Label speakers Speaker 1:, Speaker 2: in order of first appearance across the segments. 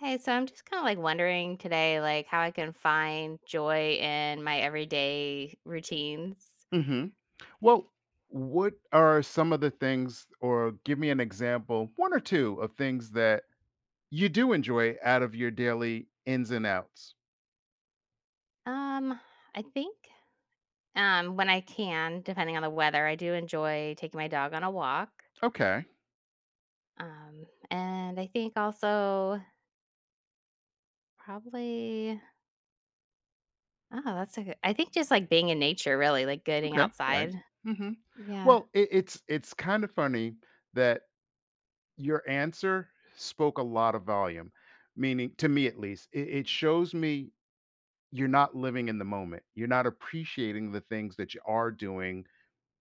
Speaker 1: Hey, so I'm just kind of like wondering today, like how I can find joy in my everyday routines.
Speaker 2: hmm Well, what are some of the things, or give me an example, one or two of things that you do enjoy out of your daily ins and outs?
Speaker 1: Um, I think when I can, depending on the weather, I do enjoy taking my dog on a walk.
Speaker 2: Okay.
Speaker 1: And I think also probably oh, that's a good, I think just like being in nature, really, like getting
Speaker 2: Okay. Right.
Speaker 1: outside.
Speaker 2: hmm
Speaker 1: Yeah.
Speaker 2: Well, it's kind of funny that your answer spoke a lot of volume, meaning to me at least, it shows me you're not living in the moment. You're not appreciating the things that you are doing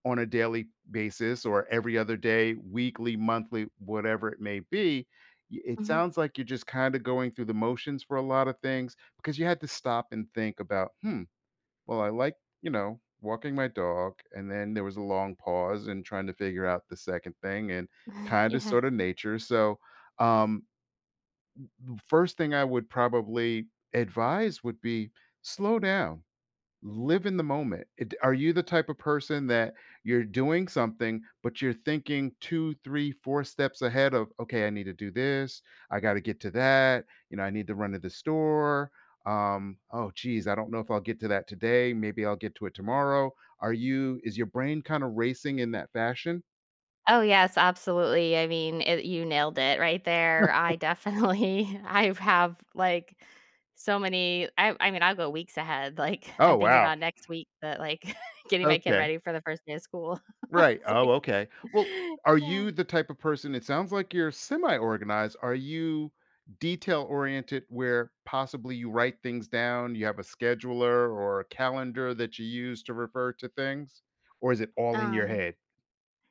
Speaker 2: on a daily basis or every other day, weekly, monthly, whatever it may be. It
Speaker 1: Hmm.
Speaker 2: sounds like you're just kind of going through the motions for a lot of things because you had to stop and think about, well, I like, you know, walking my dog. And then there was a long pause and trying to figure out the second thing and kind of
Speaker 1: Yeah.
Speaker 2: sort of nature. So, um, first thing I would probably advise would be slow down, live in the moment. It, are you the type of person that you're doing something, but you're thinking two, three, four steps ahead of, okay, I need to do this. I got to get to that. You know, I need to run to the store. Oh, geez, I don't know if I'll get to that today. Maybe I'll get to it tomorrow. Are you, is your brain kind of racing in that fashion?
Speaker 1: Oh, yes, absolutely. I mean, it you nailed it right there. I definitely I have, like, so many. I mean, I'll go weeks ahead, like,
Speaker 2: Oh,
Speaker 1: I'm thinking
Speaker 2: wow.
Speaker 1: about next week that, like, getting my kid
Speaker 2: Okay.
Speaker 1: ready for the first day of school.
Speaker 2: Right.
Speaker 1: It's
Speaker 2: Oh,
Speaker 1: like
Speaker 2: okay. Well, are
Speaker 1: Yeah.
Speaker 2: you the type of person, it sounds like you're semi-organized. Are you detail-oriented where possibly you write things down, you have a scheduler or a calendar that you use to refer to things? Or is it all in your
Speaker 1: Um,
Speaker 2: head?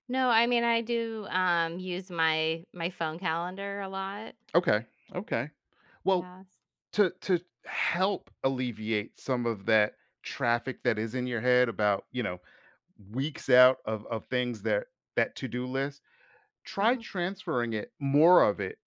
Speaker 1: no, I mean, I do, use my phone calendar a lot.
Speaker 2: Okay. Okay. Well,
Speaker 1: Yes.
Speaker 2: to help alleviate some of that traffic that is in your head about, you know, weeks out of things that that to-do list, try
Speaker 1: Mhm.
Speaker 2: transferring it, more of it,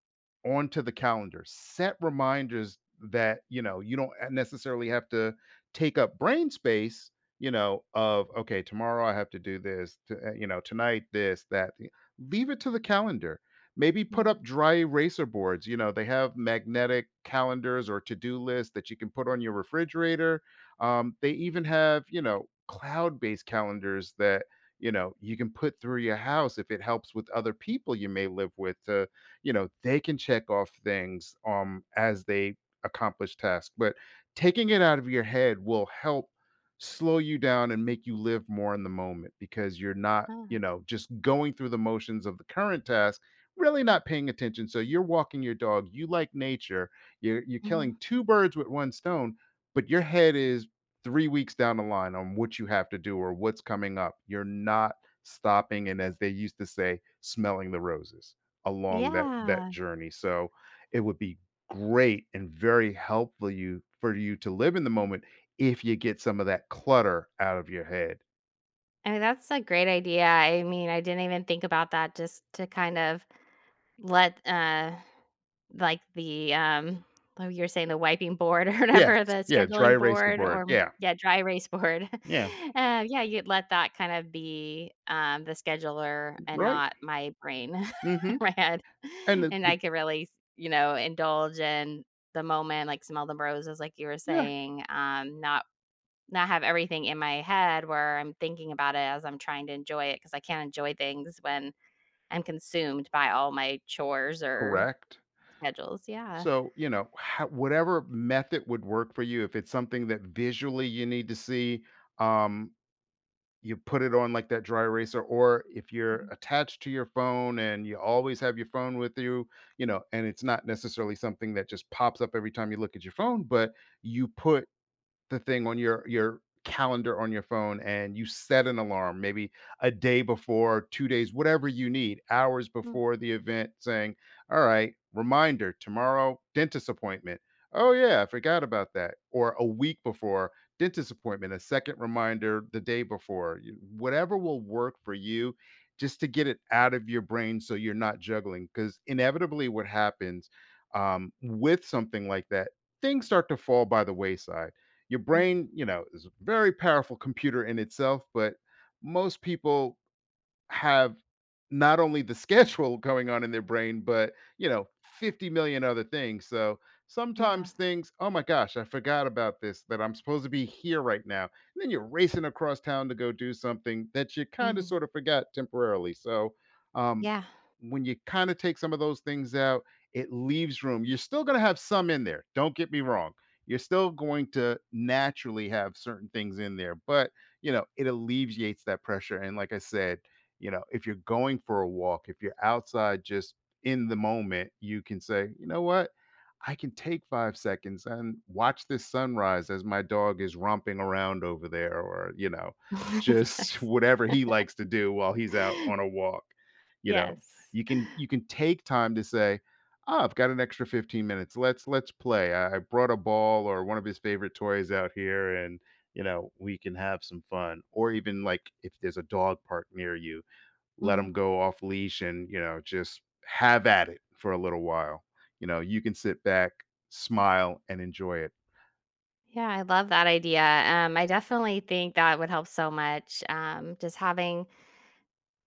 Speaker 2: onto the calendar. Set reminders that, you know, you don't necessarily have to take up brain space, you know, of okay, tomorrow I have to do this, you know, tonight this, that. Leave it to the calendar. Maybe put
Speaker 1: Mm.
Speaker 2: up dry eraser boards. You know, they have magnetic calendars or to-do lists that you can put on your refrigerator. They even have, you know, cloud-based calendars that, you know, you can put through your house if it helps with other people you may live with to, you know, they can check off things as they accomplish tasks, but taking it out of your head will help slow you down and make you live more in the moment because you're not, you
Speaker 1: Oh,
Speaker 2: know, just going through the motions of the current task, really not paying attention. So you're walking your dog, you like nature, you're
Speaker 1: mhm.
Speaker 2: killing two birds with one stone, but your head is 3 weeks down the line on what you have to do or what's coming up. You're not stopping and, as they used to say, smelling the roses along that
Speaker 1: Yeah.
Speaker 2: journey. So, it would be great and very helpful you for you to live in the moment if you get some of that clutter out of your head.
Speaker 1: I mean, that's a great idea. I mean, I didn't even think about that just to kind of Let, like the, oh, you were saying the wiping board or
Speaker 2: Yes.
Speaker 1: whatever, the
Speaker 2: Yeah, dry
Speaker 1: scheduling
Speaker 2: erase the
Speaker 1: board
Speaker 2: board.
Speaker 1: or
Speaker 2: Yeah.
Speaker 1: yeah, dry erase board.
Speaker 2: Yeah.
Speaker 1: Yeah, you'd let that kind of be, the scheduler and
Speaker 2: Right?
Speaker 1: not my brain,
Speaker 2: Mm. Mhm.
Speaker 1: my head.
Speaker 2: And the
Speaker 1: And
Speaker 2: the
Speaker 1: I could really, you know, indulge in the moment, like smell the roses, like you were
Speaker 2: yeah,
Speaker 1: saying, not not have everything in my head where I'm thinking about it as I'm trying to enjoy it because I can't enjoy things when I'm consumed by all my chores or
Speaker 2: correct.
Speaker 1: schedules, yeah.
Speaker 2: So, you know, ho whatever method would work for you, if it's something that visually you need to see, um, you put it on like that dry eraser, or if you're attached to your phone and you always have your phone with you, you know, and it's not necessarily something that just pops up every time you look at your phone, but you put the thing on your calendar on your phone and you set an alarm maybe a day before, 2 days, whatever you need, hours
Speaker 1: Mm,
Speaker 2: before the event, saying, "All right, reminder, tomorrow dentist appointment." "Oh yeah, I forgot about that." Or a week before, dentist appointment, a second reminder the day before. Whatever will work for you just to get it out of your brain so you're not juggling, because inevitably what happens with something like that, things start to fall by the wayside. Your
Speaker 1: mm,
Speaker 2: brain, you know, is a very powerful computer in itself, but most people have not only the schedule going on in their brain, but you know, 50 million other things. So
Speaker 1: yeah.
Speaker 2: sometimes things, oh my gosh, I forgot about this, that I'm supposed to be here right now. And then you're racing across town to go do something that you kind of
Speaker 1: Mhm.
Speaker 2: sort of forgot temporarily. So um,
Speaker 1: Yeah.
Speaker 2: when you kind of take some of those things out, it leaves room. You're still going to have some in there. Don't get me wrong. You're still going to naturally have certain things in there, but you know, it alleviates that pressure. And like I said, you know, if you're going for a walk, if you're outside just in the moment, you can say, you know what? I can take 5 seconds and watch this sunrise as my dog is romping around over there, or, you know, just
Speaker 1: Yes.
Speaker 2: whatever he likes to do while he's out on a walk. You know,
Speaker 1: Yes.
Speaker 2: you can take time to say, oh, I've got an extra 15 minutes. Let's play. I brought a ball or one of his favorite toys out here and you know we can have some fun. Or even like if there's a dog park near you, let them
Speaker 1: Mhm.
Speaker 2: go off leash and, you know, just have at it for a little while. You know, you can sit back, smile, and enjoy it.
Speaker 1: Yeah, I love that idea, I definitely think that would help so much, just having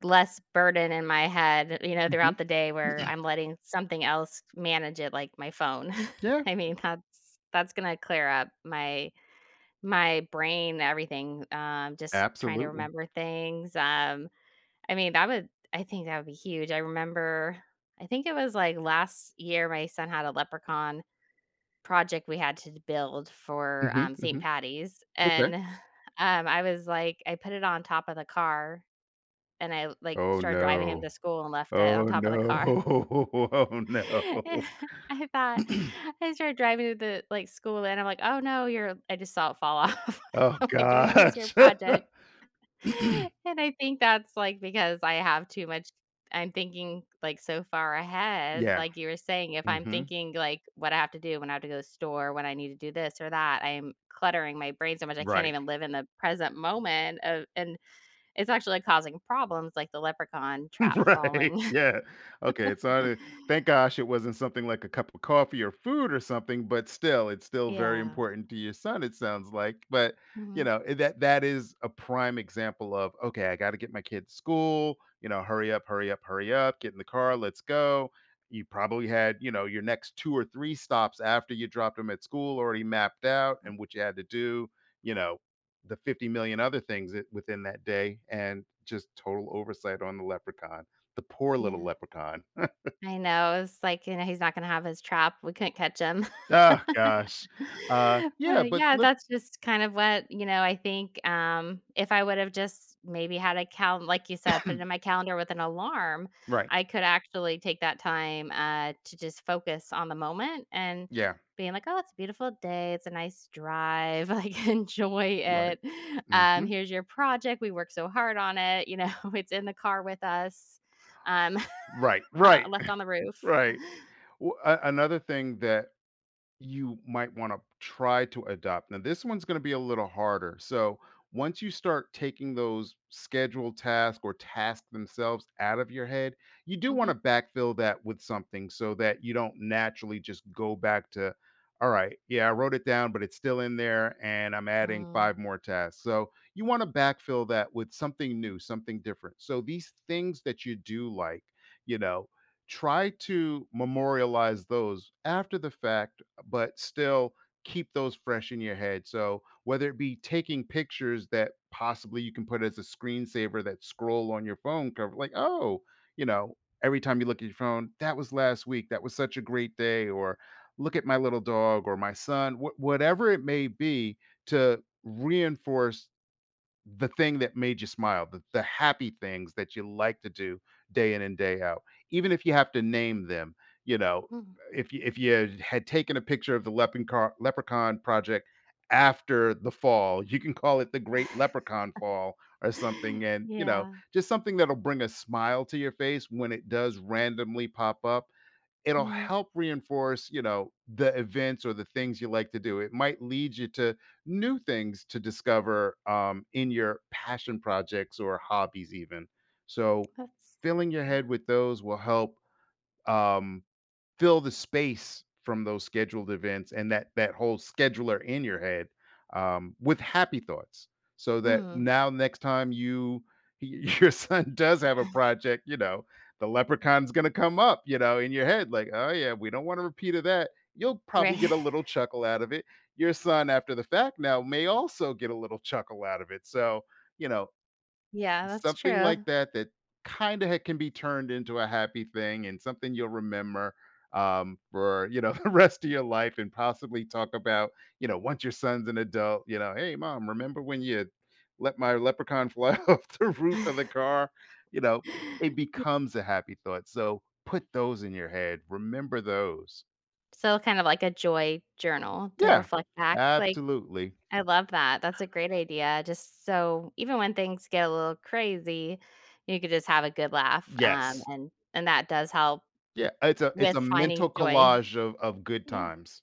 Speaker 1: less burden in my head, you know,
Speaker 2: Mhm.
Speaker 1: throughout the day where I'm letting something else manage it, like my phone.
Speaker 2: Yeah,
Speaker 1: I mean, that's gonna clear up my brain, everything, just trying to
Speaker 2: absolutely.
Speaker 1: remember things. I mean, that would I think that would be huge. I remember I think it was, like, last year, my son had a leprechaun project we had to build for,
Speaker 2: Mhm,
Speaker 1: St.
Speaker 2: mhm.
Speaker 1: Patty's,
Speaker 2: Okay.
Speaker 1: and, I was like I put it on top of the car, and I, like,
Speaker 2: Oh,
Speaker 1: started driving him
Speaker 2: no.
Speaker 1: to school and left it on
Speaker 2: Oh,
Speaker 1: top of the
Speaker 2: no.
Speaker 1: car.
Speaker 2: Oh, no.
Speaker 1: And I thought I started driving to the, like, school, and I'm like, "Oh, no, you're I just saw it fall off."
Speaker 2: Oh,
Speaker 1: I'm like, "There goes your
Speaker 2: gosh.
Speaker 1: project." And I think that's, like, because I have too much I'm thinking, like, so far ahead,
Speaker 2: Yeah.
Speaker 1: like you were saying, if I'm
Speaker 2: Mhm.
Speaker 1: thinking, like, what I have to do when I have to go to the store, when I need to do this or that, I am cluttering my brain so much I can't
Speaker 2: Right.
Speaker 1: even live in the present moment of and it's actually causing problems like the leprechaun trap
Speaker 2: Right.
Speaker 1: falling.
Speaker 2: Yeah. Okay. So I, thank gosh it wasn't something like a cup of coffee or food or something, but still, it's still very
Speaker 1: Yeah.
Speaker 2: important to your son, it sounds like. But you
Speaker 1: Mhm.
Speaker 2: know, eh, that is a prime example of okay, I gotta get my kid to school, you know, hurry up, hurry up, hurry up, get in the car, let's go. You probably had, you know, your next two or three stops after you dropped him at school already mapped out and what you had to do, you know, the 50 million other things within that day and just total oversight on the leprechaun, the poor little
Speaker 1: Yeah.
Speaker 2: leprechaun.
Speaker 1: I know, it's like, you know, he's not gonna have his trap, we couldn't catch him.
Speaker 2: Oh gosh. Yeah,
Speaker 1: But,
Speaker 2: but
Speaker 1: yeah, that's just kind of what, you know, I think, if I would've just maybe had a cal like you said, put it in my calendar with an alarm,
Speaker 2: right,
Speaker 1: I could actually take that time, to just focus on the moment and
Speaker 2: yeah,
Speaker 1: being like, "Oh, it's a beautiful day, it's a nice drive, like, enjoy
Speaker 2: right.
Speaker 1: it.
Speaker 2: hmm
Speaker 1: Here's your project, we worked so hard on it, you know, it's in the car with us, um,
Speaker 2: right, right.
Speaker 1: left on the roof."
Speaker 2: Right. W a another thing that you might want to try to adopt. Now, this one's going to be a little harder. So, once you start taking those scheduled tasks or tasks themselves out of your head, you do want to
Speaker 1: Mhm.
Speaker 2: backfill that with something so that you don't naturally just go back to, all right, yeah, I wrote it down, but it's still in there and I'm adding
Speaker 1: Mm.
Speaker 2: five more tasks. So, you want to backfill that with something new, something different. So, these things that you do like, you know, try to memorialize those after the fact, but still keep those fresh in your head. So whether it be taking pictures that possibly you can put as a screensaver that scroll on your phone cover, like, oh, you know, every time you look at your phone, that was last week. That was such a great day. Or look at my little dog or my son, whatever it may be to reinforce the thing that made you smile, the happy things that you like to do day in and day out, even if you have to name them. You know,
Speaker 1: Mm.
Speaker 2: if you had taken a picture of the leprechaun project after the fall, you can call it the Great Leprechaun Fall or something, and you know,
Speaker 1: Yeah.
Speaker 2: just something that'll bring a smile to your face when it does randomly pop up. It'll
Speaker 1: Mhm.
Speaker 2: help reinforce, you know, the events or the things you like to do. It might lead you to new things to discover, in your passion projects or hobbies, even. So,
Speaker 1: That's
Speaker 2: filling your
Speaker 1: yeah.
Speaker 2: head with those will help um, fill the space from those scheduled events and that whole scheduler in your head, with happy thoughts, so that
Speaker 1: Hmm.
Speaker 2: now next time you your son does have a project, you know, the leprechaun's gonna come up, you know, in your head like, oh yeah, we don't want to repeat of that. You'll probably
Speaker 1: Right.
Speaker 2: get a little chuckle out of it. Your son, after the fact, now may also get a little chuckle out of it. So you know,
Speaker 1: Yeah, that's
Speaker 2: something like
Speaker 1: true.
Speaker 2: that that kinda can be turned into a happy thing and something you'll remember, for, you know, the rest of your life and possibly talk about, you know, once your son's an adult, you know, "Hey, mom, remember when you let my leprechaun fly off the roof of the car?" You know, it becomes a happy thought, so put those in your head, remember those.
Speaker 1: So kind of like a joy journal to
Speaker 2: Yeah,
Speaker 1: reflect back, like,
Speaker 2: absolutely.
Speaker 1: I love that. That's a great idea. Just so even when things get a little crazy, you could just have a good laugh,
Speaker 2: Yes.
Speaker 1: and that does help
Speaker 2: Yeah, it's
Speaker 1: with
Speaker 2: a mental
Speaker 1: finding joy.
Speaker 2: collage of good
Speaker 1: Yeah.
Speaker 2: times.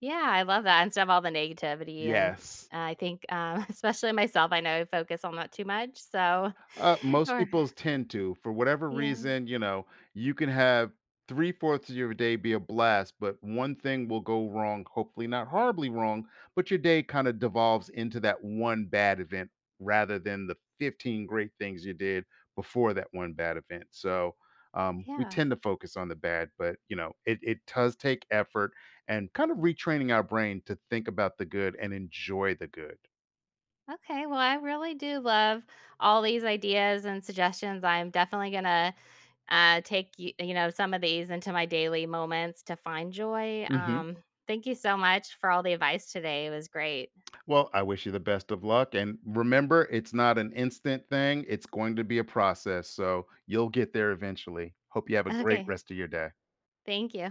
Speaker 1: Yeah, I love that instead of all the negativity, and
Speaker 2: Yes.
Speaker 1: I think, especially myself, I know I focus on that too much, so
Speaker 2: Most
Speaker 1: or
Speaker 2: people's tend to. For whatever
Speaker 1: yeah,
Speaker 2: reason, you know, you can have three-fourths of your day be a blast, but one thing will go wrong, hopefully not horribly wrong, but your day kind of devolves into that one bad event rather than the 15 great things you did before that one bad event. So we
Speaker 1: yeah.
Speaker 2: tend to focus on the bad, but you know, it does take effort and kind of retraining our brain to think about the good and enjoy the good.
Speaker 1: Okay, well, I really do love all these ideas and suggestions. I'm definitely gonna, take you you know, some of these into my daily moments to find joy. Thank you so much for all the advice today. It was great.
Speaker 2: Well, I wish you the best of luck. And remember, it's not an instant thing, it's going to be a process. So you'll get there eventually. Hope you have a great
Speaker 1: Okay,
Speaker 2: rest of your day.
Speaker 1: thank you.